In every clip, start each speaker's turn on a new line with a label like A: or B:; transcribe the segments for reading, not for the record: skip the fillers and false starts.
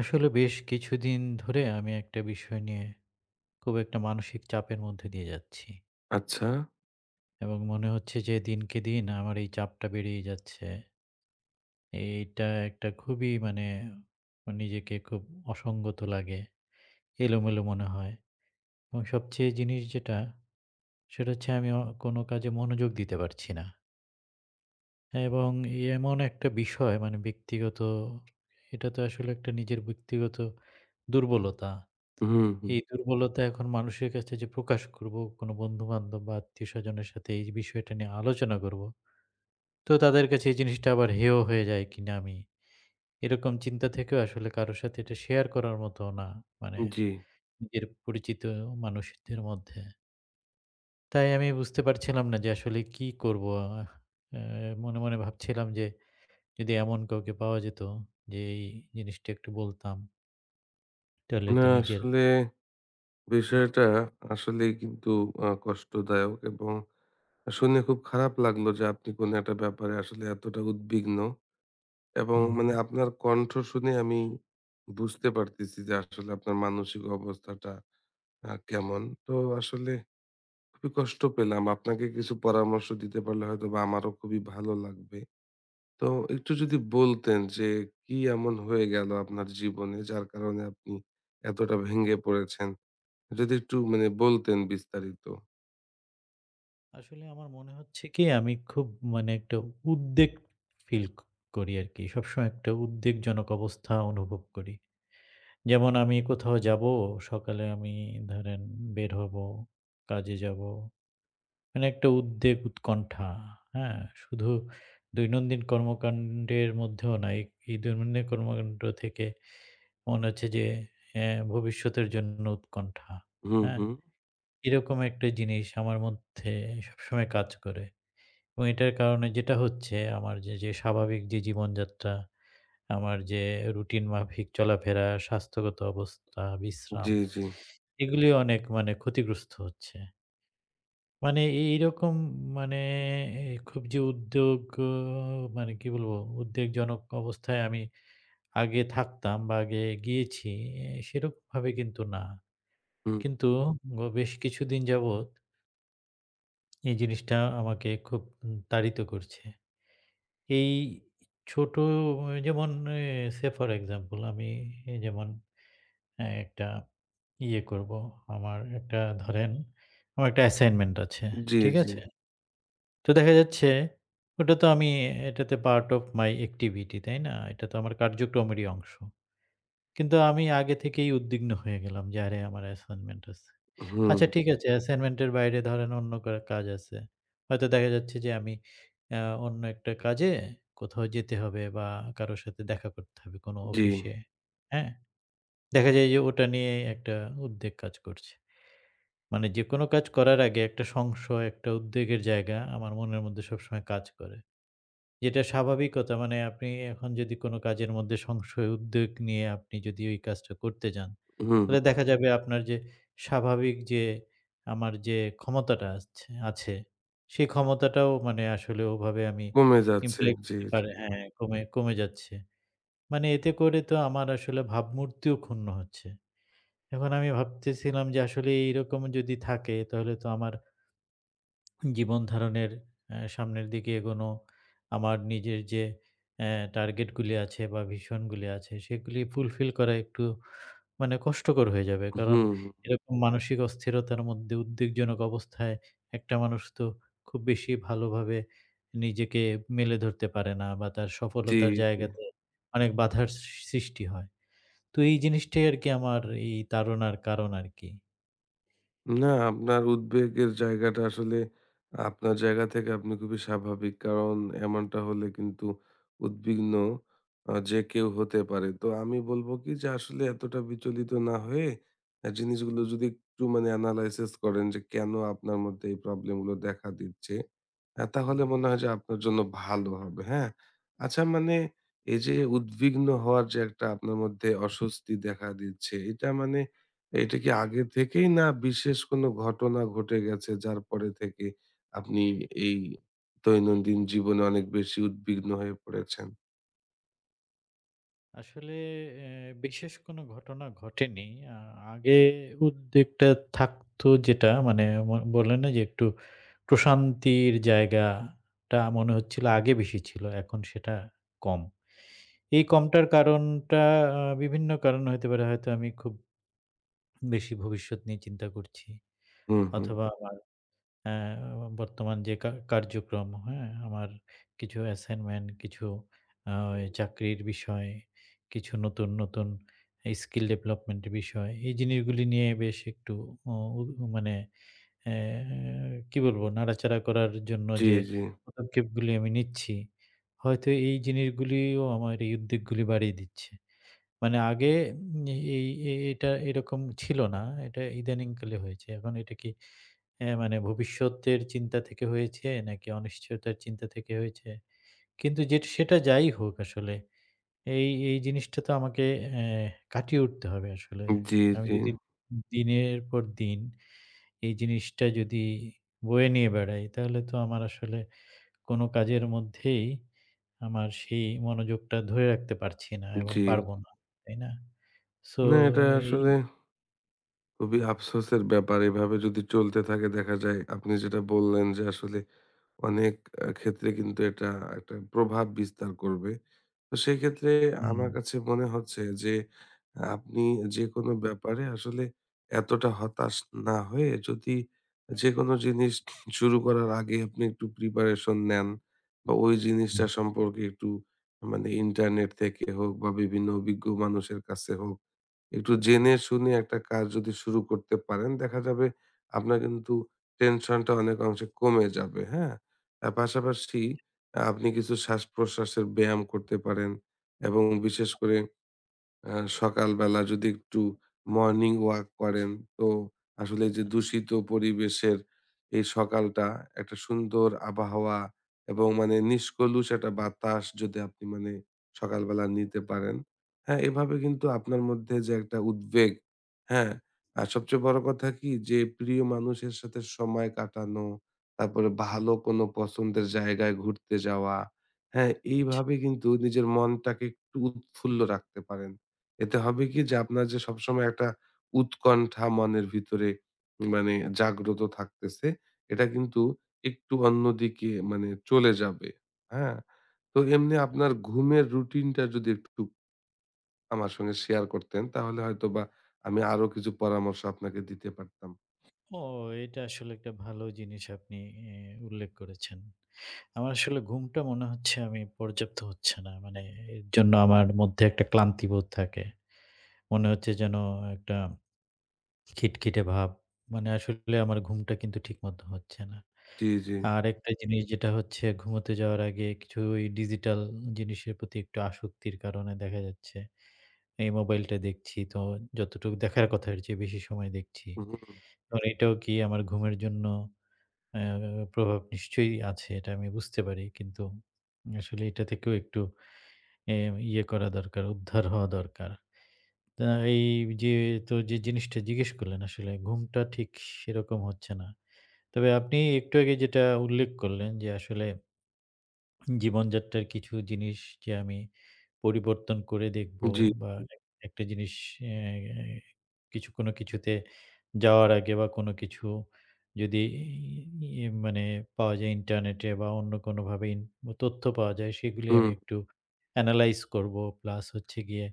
A: আসলে বেশ কিছুদিন ধরে আমি একটা বিষয় নিয়ে খুব একটা মানসিক চাপের মধ্যে দিয়ে যাচ্ছি
B: আচ্ছা।
A: এবং মনে হচ্ছে যে দিনকে দিন আমার এই চাপটা বেড়েই যাচ্ছে। এইটা একটা খুবই নিজেকে খুব অসঙ্গত লাগে, এলোমেলো মনে হয় এবং সবচেয়ে জিনিস যেটা সেটা হচ্ছে আমি কোনো কাজে মনোযোগ দিতে পারছি না এবং এমন একটা বিষয় ব্যক্তিগত এটা তো আসলে একটা নিজের ব্যক্তিগত দুর্বলতা।
B: হুম, হুম।
A: এই দুর্বলতা এখন মানুষের কাছে যে প্রকাশ করব, কোনো বন্ধু-বান্ধব বা আত্মীয়স্বজনের সাথে এই বিষয়টা নিয়ে আলোচনা করব। তো তাদের কাছে এই জিনিসটা আবার হেয় হয়ে যায় কিনা আমি, এরকম চিন্তা থেকেও আসলে কারো সাথে এটা শেয়ার করার মতো না। মানে
B: জি।
A: নিজের পরিচিত মানুষদের মধ্যে। তাই আমি বুঝতে পারছিলাম না যে আসলে কি করব? আহ আ মনে ভাবছিলাম যে যদি এমন কাউকে পাওয়া যেত যে এই জিনিসটা একটু বলতাম, তাহলে
B: না,
A: তো নিজের
B: আসলে
A: হুম,
B: বিষয়টা আসলেই কিন্তু কষ্টদায়ক, এবং শুনে খুব খারাপ লাগলো যে আপনি কোনো একটা ব্যাপারে আসলে এতটা উদ্বিগ্ন, এবং
A: হুম, হুম।
B: মানে আপনার কণ্ঠ শুনে আমি বুঝতে পারতেছি যে আসলে আপনার মানসিক অবস্থাটা কেমন। তো আসলে খুবই কষ্ট পেলাম। আপনাকে কিছু পরামর্শ দিতে পারলে হয়তোবা আমারও খুবই ভালো লাগবে। তো একটু যদি বলতেন যে কি এমন হয়ে গেল আপনার জীবনে যার কারণে আপনি এতটা ভেঙে পড়েছেন? যদি একটু মানে বলতেন বিস্তারিত।
A: আসলে আমার মনে হচ্ছে কি আমি খুব একটা উদ্বেগ ফিল ক করি আরকি। সবসময় একটা উদ্বেগজনক অবস্থা অনুভব করি। যেমন আমি কোথাও যাবো, সকালে আমি ধরেন বের হবো, কাজে যাবো। মানে একটা উদ্বেগ, উৎকণ্ঠা, হ্যাঁ? শুধু দৈনন্দিন কর্মকাণ্ডের মধ্যেও না, এই এই দৈনন্দিন কর্মকাণ্ড থেকে মনে হচ্ছে যে অ্যা ভবিষ্যতের জন্য উৎকণ্ঠা,
B: হুম,
A: হ্যাঁ?
B: হুম।
A: এরকম একটা জিনিস আমার মধ্যে সবসময় কাজ করে। এবং এটার কারণে যেটা হচ্ছে আমার যে স্বাভাবিক যে জীবনযাত্রা, আমার যে রুটিন মাফিক চলাফেরা, স্বাস্থ্যগত অবস্থা, বিশ্রাম,
B: জি, জি।
A: এগুলি অনেক ক্ষতিগ্রস্ত হচ্ছে। মানে এইরকম মানে এ খুব যে উদ্যোগ অ মানে কি বলবো? উদ্বেগজনক অবস্থায় আমি আগে থাকতাম বা আগে গিয়েছি সেরকমভাবে কিন্তু না।
B: হুম।
A: কিন্তু বেশ কিছুদিন যাবৎ এই জিনিসটা আমাকে খুব তাড়িত করছে। এই ছোট যেমন এ say for example আমি এই যেমন একটা ইয়ে করব। আমার একটা ধরেন আমার একটা অ্যাসাইনমেন্ট আছে।
B: জি,
A: ঠিক
B: জি।
A: আছে? তো দেখা যাচ্ছে ওটা তো আমি এটাতে পার্ট অফ মাই এক্টিভিটি, তাই না? এটা তো আমার কার্যক্রমেরই অংশ। কিন্তু আমি আগে থেকেই উদ্বিগ্ন হয়ে গেলাম যে আরে আমার অ্যাসাইনমেন্ট আছে।
B: হুম,
A: আচ্ছা ঠিক আছে। অ্যাসাইনমেন্টের বাইরে ধরেন অন্য করা কাজ আছে। হয়তো দেখা যাচ্ছে যে আমি আ অন্য একটা কাজে কোথাও যেতে হবে বা কারো সাথে দেখা করতে হবে কোনো
B: জি।
A: অফিসে। হ্যাঁ? দেখা যায় যে ওটা নিয়ে একটা উদ্বেগ কাজ করছে। মানে যেকোনো কাজ করার আগে একটা সংশয়, একটা উদ্বেগের জায়গা আমার মনের মধ্যে সবসময় কাজ করে। যেটা স্বাভাবিকতা মানে আপনি এখন যদি কোনো কাজের মধ্যে সংশয় উদ্বেগ নিয়ে আপনি যদি ওই কাজটা করতে যান,
B: হুম, হুম।
A: তাহলে দেখা যাবে আপনার যে স্বাভাবিক যে আমার যে ক্ষমতাটা আছে আছে, সেই ক্ষমতাটাও মানে আসলে ওভাবে আমি
B: কমে যাচ্ছে।
A: ইমপ্লাই
B: জি,
A: করতে
B: জি।
A: পারে হ্যাঁ, কমে কমে যাচ্ছে। মানে এতে করে তো আমার আসলে ভাবমূর্তিও ক্ষুণ্ণ হচ্ছে। এখন আমি ভাবতেছিলাম যে আসলে এইরকম যদি থাকে তাহলে তো আমার জীবন ধারণের সামনের দিকে এগোনো, আমার নিজের যে অ্যা টার্গেটগুলি আছে বা ভিশনগুলি আছে, সেগুলি ফুলফিল করা একটু কষ্টকর হয়ে যাবে। কারণ
B: হুম, হুম।
A: এরকম মানসিক অস্থিরতার মধ্যে উদ্বেগজনক অবস্থায় একটা মানুষ তো খুব বেশি ভালোভাবে নিজেকে মেলে ধরতে পারে না বা তার
B: জি,
A: সফলতার
B: জি।
A: জায়গাতে অনেক বাধার সৃষ্টি হয়। তো এই জিনিসটাই আরকি আমার এই তাড়নার কারণ আরকি।
B: না, আপনার উদ্বেগের জায়গাটা আসলে আপনার জায়গা থেকে আপনি খুবই স্বাভাবিক। কারণ এমনটা হলে কিন্তু উদ্বিগ্ন যে কেউ হতে পারে। তো আমি বলব কি যে আসলে এতটা বিচলিত না হয়ে জিনিসগুলো
A: হুম,
B: যদি একটু মানে analysis করেন যে কেন আপনার মধ্যে এই প্রবলেম গুলো দেখা দিচ্ছে। হ্যাঁ,
A: হুম,
B: তাহলে
A: হুম।
B: মনে হয় যে আপনার জন্য ভালো হবে। হ্যাঁ? আচ্ছা, মানে এই যে উদ্বিগ্ন হওয়ার যে একটা আপনার মধ্যে অস্বস্তি দেখা দিচ্ছে, এটা মানে এটা কি আগে থেকেই, না বিশেষ কোনো ঘটনা ঘটে গেছে যার পরে থেকে আপনি এই দৈনন্দিন জীবনে অনেক বেশি উদ্বিগ্ন হয়ে পড়েছেন?
A: আসলে এ বিশেষ কোনো ঘটনা ঘটেনি। আ আগে উদ্বেগটা থাকতো যেটা মানে ম বলে না যে একটু প্রশান্তির জায়গাটা মনে হচ্ছিল আগে বেশি ছিল। এখন সেটা কম। এই কমটার কারণটা বিভিন্ন কারণ হইতে পারে। হয়তো আমি খুব বেশি ভবিষ্যৎ নিয়ে চিন্তা করছি
B: হুম, হুম।
A: অথবা আমার হ্যাঁ, বর্তমান যে কার্যক্রম, হ্যাঁ? আমার কিছু অ্যাসাইনমেন্ট, কিছু ওই চাকরির বিষয়, কিছু নতুন স্কিল ডেভেলপমেন্ট এর বিষয়। এই জিনিসগুলি নিয়ে বেশ একটু উ উ মানে অ্যা কি বলবো? নাড়াচাড়া করার জন্য
B: জি,
A: যে
B: জি।
A: পদক্ষেপগুলি আমি নিচ্ছি, হয়তো এই জিনিসগুলিও আমার এই উদ্বেগগুলি বাড়িয়ে দিচ্ছে। মানে আগে উম এই এ এটা এরকম ছিল না। এটা ইদানিংকালে হয়েছে। এখন এটা কি অ্যা মানে ভবিষ্যতের চিন্তা থেকে হয়েছে নাকি অনিশ্চয়তার চিন্তা থেকে হয়েছে? কিন্তু সেটা যাই হোক আসলে এই জিনিসটা তো আমাকে অ্যা কাটিয়ে উঠতে হবে আসলে।
B: জি,
A: আমি
B: জি।
A: যদি দিনের পর দিন এই জিনিসটা যদি বয়ে নিয়ে বেড়াই তাহলে তো আমার আসলে কোনো কাজের মধ্যেই আমার সেই মনোযোগটা ধরে রাখতে পারছি না এবং
B: জি।
A: পারবো না, তাই না? সো
B: না, এটা
A: এই
B: আসলে খুবই আফসোসের ব্যাপার। এভাবে যদি চলতে থাকে দেখা যায় আপনি যেটা বললেন যে আসলে অনেক ক্ষেত্রে কিন্তু এটা একটা প্রভাব বিস্তার করবে। তো সেক্ষেত্রে
A: হুম,
B: আমার কাছে মনে হচ্ছে যে আপনি যেকোনো ব্যাপারে আসলে এতটা হতাশ না হয়ে যদি যেকোনো জিনিস শুরু করার আগে আপনি একটু প্রিপারেশন নেন বা ওই জিনিসটা
A: হুম,
B: সম্পর্কে একটু মানে ইন্টারনেট থেকে হোক বা বিভিন্ন অভিজ্ঞ মানুষের কাছে হোক, একটু
A: হুম,
B: জেনে শুনে একটা কাজ যদি শুরু করতে পারেন দেখা যাবে আপনার কিন্তু টেনশনটা অনেক অংশে কমে যাবে। হ্যাঁ, আর পাশাপাশি আপনি কিছু শ্বাস প্রশ্বাসের ব্যায়াম করতে পারেন এবং বিশেষ করে আ সকালবেলা যদি একটু মর্নিং ওয়াক করেন, তো আসলে যে
A: আচ্ছা,
B: দূষিত পরিবেশের এই সকালটা একটা সুন্দর আবহাওয়া এবং মানে নিষ্কলুষ একটা বাতাস যদি আপনি মানে সকালবেলা নিতে পারেন, হ্যাঁ? এভাবে কিন্তু আপনার মধ্যে যে একটা উদ্বেগ, হ্যাঁ? আর সবচেয়ে বড় কথা কি যে প্রিয় মানুষের সাথে সময় কাটানো, তারপরে
A: হুম,
B: ভালো কোনো পছন্দের জায়গায় ঘুরতে যাওয়া, হ্যাঁ?
A: আচ্ছা।
B: এইভাবে কিন্তু নিজের মনটাকে একটু উৎফুল্ল রাখতে পারেন। এতে হবে কি যে আপনার যে সবসময় একটা উৎকণ্ঠা মনের ভিতরে মানে জাগ্রত থাকতেছে, এটা কিন্তু একটু অন্যদিকে মানে চলে যাবে। হ্যাঁ? তো এমনি আপনার ঘুমের রুটিনটা যদি একটু আমার সঙ্গে শেয়ার করতেন তাহলে হয়তোবা আমি আরো কিছু পরামর্শ আপনাকে দিতে পারতাম।
A: ও এটা আসলে একটা ভালো জিনিস আপনি এ উল্লেখ করেছেন। আমার আসলে ঘুমটা মনে হচ্ছে আমি পর্যাপ্ত হচ্ছে না। মানে এর জন্য আমার মধ্যে একটা ক্লান্তিবোধ থাকে। মনে হচ্ছে যেন একটা খিটখিটে ভাব। মানে আসলে আমার ঘুমটা কিন্তু ঠিকমতো হচ্ছে না।
B: জি, জি।
A: আরেকটা জিনিস যেটা হচ্ছে ঘুমোতে যাওয়ার আগে কিছু ওই ডিজিটাল জিনিসের প্রতি একটু আসক্তির কারণে দেখা যাচ্ছে এই মোবাইলটা দেখছি তো যতটুকু দেখার কথা এর চেয়ে বেশি সময় দেখছি।
B: হুম,
A: আর এটাও কি আমার ঘুমের জন্য আ প্রভাব নিশ্চয়ই আছে এটা আমি বুঝতে পারি। কিন্তু আসলে এটা থেকেও একটু এ ইয়ে করা দরকার, উদ্ধার হওয়া দরকার। তা এই যে তো যে জিনিসটা জিজ্ঞেস করলেন আসলে ঘুমটা ঠিক সেরকম হচ্ছে না। তবে আপনি একটু আগে যেটা উল্লেখ করলেন যে আসলে জীবনযাত্রার কিছু জিনিস যে আমি পরিবর্তন করে দেখব
B: জি,
A: বা একটা জিনিস অ্যা কিছু কোনো কিছুতে যাওয়ার আগে বা কোনো কিছু যদি ই মানে পাওয়া যায় ইন্টারনেটে বা অন্য কোনোভাবে তথ্য পাওয়া যায় সেগুলি
B: হুম,
A: আমি একটু এনালাইজ করব। প্লাস হচ্ছে গিয়ে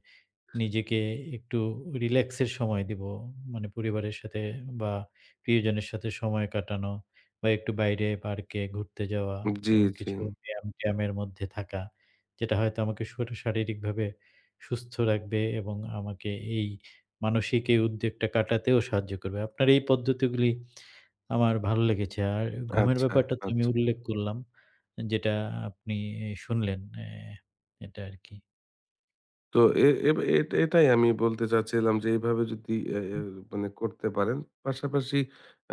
A: নিজেকে একটু রিল্যাক্সের সময় দিব। মানে পরিবারের সাথে বা প্রিয়জনের সাথে সময় কাটানো বা একটু বাইরে পার্কে ঘুরতে যাওয়া
B: জি,
A: এবং
B: জি।
A: কিছু ব্যায়াম-ট্যায়ামের মধ্যে থাকা। যেটা হয়তো আমাকে শারীরিকভাবে সুস্থ রাখবে এবং আমাকে এই মানসিক এই উদ্বেগটা কাটাতেও সাহায্য করবে। আপনার এই পদ্ধতিগুলি আমার ভালো লেগেছে। আর ঘুমের
B: আচ্ছা,
A: ব্যাপারটা তো আমি
B: আচ্ছা।
A: উল্লেখ করলাম। যেটা আপনি শুনলেন। এটা আরকি।
B: তো এ এব এট এটাই আমি বলতে চাচ্ছিলাম যে এইভাবে যদি এ এ মানে করতে পারেন। পাশাপাশি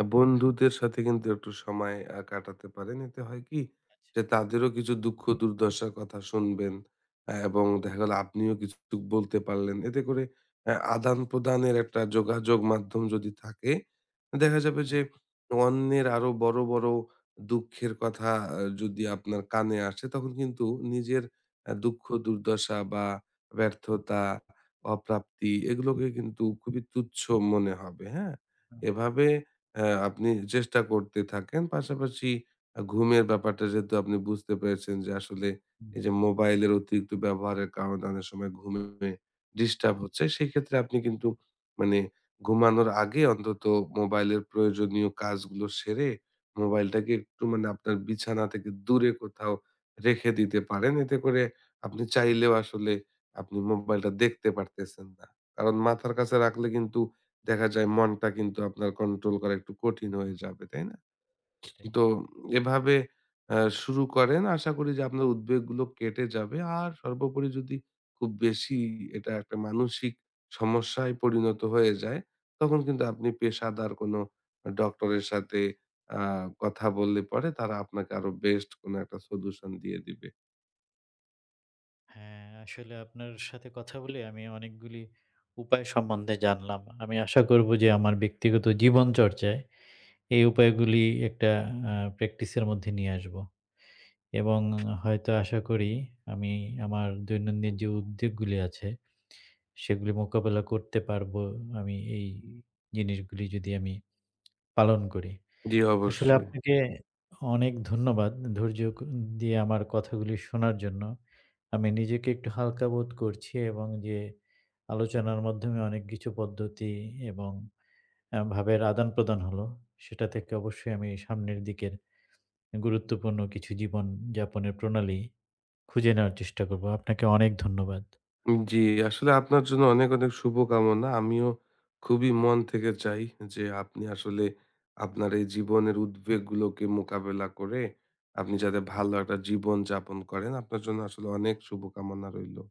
B: বন্ধুদের সাথে কিন্তু একটু সময় কাটাতে পারেন। এতে হয় কি
A: আচ্ছা।
B: যে তাদেরও কিছু দুঃখ দুর্দশার কথা শুনবেন এবং দেখা গেল আপনিও কিছু বলতে পারলেন। এতে করে আদান-প্রদানের একটা যোগাযোগ মাধ্যম যদি থাকে, দেখা যাবে
A: হ্যাঁ,
B: যে অন্যের আরো বড়, বড় দুঃখের কথা যদি আপনার কানে আসে তখন কিন্তু নিজের দুঃখ দুর্দশা বা ব্যর্থতা, অপ্রাপ্তি এগুলোকে কিন্তু খুবই তুচ্ছ মনে হবে, হ্যাঁ? এভাবে আপনি চেষ্টা করতে থাকেন। পাশাপাশি ঘুমের ব্যাপারটা যেহেতু আপনি বুঝতে পেরেছেন যে আসলে
A: হুম,
B: এই যে মোবাইলের অতিরিক্ত ব্যবহারের কারণে অনেক সময় ঘুমে ডিস্টার্ব হচ্ছে। সেক্ষেত্রে আপনি কিন্তু মানে ঘুমানোর আগে অন্তত মোবাইলের প্রয়োজনীয় কাজগুলো সেরে মোবাইলটাকে একটু মানে আপনার বিছানা থেকে দূরে কোথাও রেখে দিতে পারেন। এতে করে আপনি
A: আচ্ছা।
B: চাইলেও আসলে আপনি মোবাইলটা দেখতে পারতেছেন না। কারণ মাথার কাছে রাখলে কিন্তু দেখা যায় মনটা কিন্তু আপনার কন্ট্রোল করা একটু কঠিন হয়ে
A: হুম,
B: যাবে, তাই না?
A: এটাই।
B: তো এভাবে আ শুরু করেন। আশা করি যে আপনার উদ্বেগগুলো কেটে যাবে। আর সর্বোপরি যদি খুব বেশি এটা একটা মানসিক সমস্যায় পরিণত হয়ে যায়, তখন কিন্তু আপনি পেশাদার কোনো ডক্টরের সাথে আ কথা বললে পরে তারা আপনাকে আরো বেস্ট কোনো একটা সলিউশন দিয়ে দিবে।
A: হ্যাঁ, আসলে আপনার সাথে কথা বলে আমি অনেকগুলি উপায় সম্বন্ধে জানলাম। আমি আশা করব যে আমার ব্যক্তিগত জীবন চর্চায় এই উপায়গুলি একটা প্র্যাকটিসের মধ্যে নিয়ে আসবো। এবং হয়তো আশা করি আমি আমার দৈনন্দিন যে উদ্বেগগুলি আছে সেগুলি মোকাবেলা করতে পারবো আমি এই জিনিসগুলি যদি আমি পালন করি।
B: জি,
A: আসলে
B: অবশ্যই।
A: আপনাকে অনেক ধন্যবাদ ধৈর্য দিয়ে আমার কথাগুলি শোনার জন্য। আমি নিজেকে একটু হালকা বোধ করছি এবং যে আলোচনার মাধ্যমে অনেক কিছু পদ্ধতি এবং ভাবের আদান-প্রদান হলো, সেটা থেকে অবশ্যই আমি সামনের দিকের গুরুত্বপূর্ণ কিছু জীবন যাপনের প্রণালী খুঁজে নেওয়ার চেষ্টা করব। আপনাকে অনেক ধন্যবাদ।
B: জি, আসলে আপনার জন্য অনেক, অনেক শুভকামনা। আমিও খুবই মন থেকে চাই যে আপনি আসলে আপনার এই জীবনের উদ্বেগগুলোকে মোকাবেলা করে আপনি যাতে ভালো একটা জীবন যাপন করেন। আপনার জন্য আসলে অনেক শুভকামনা রইলো।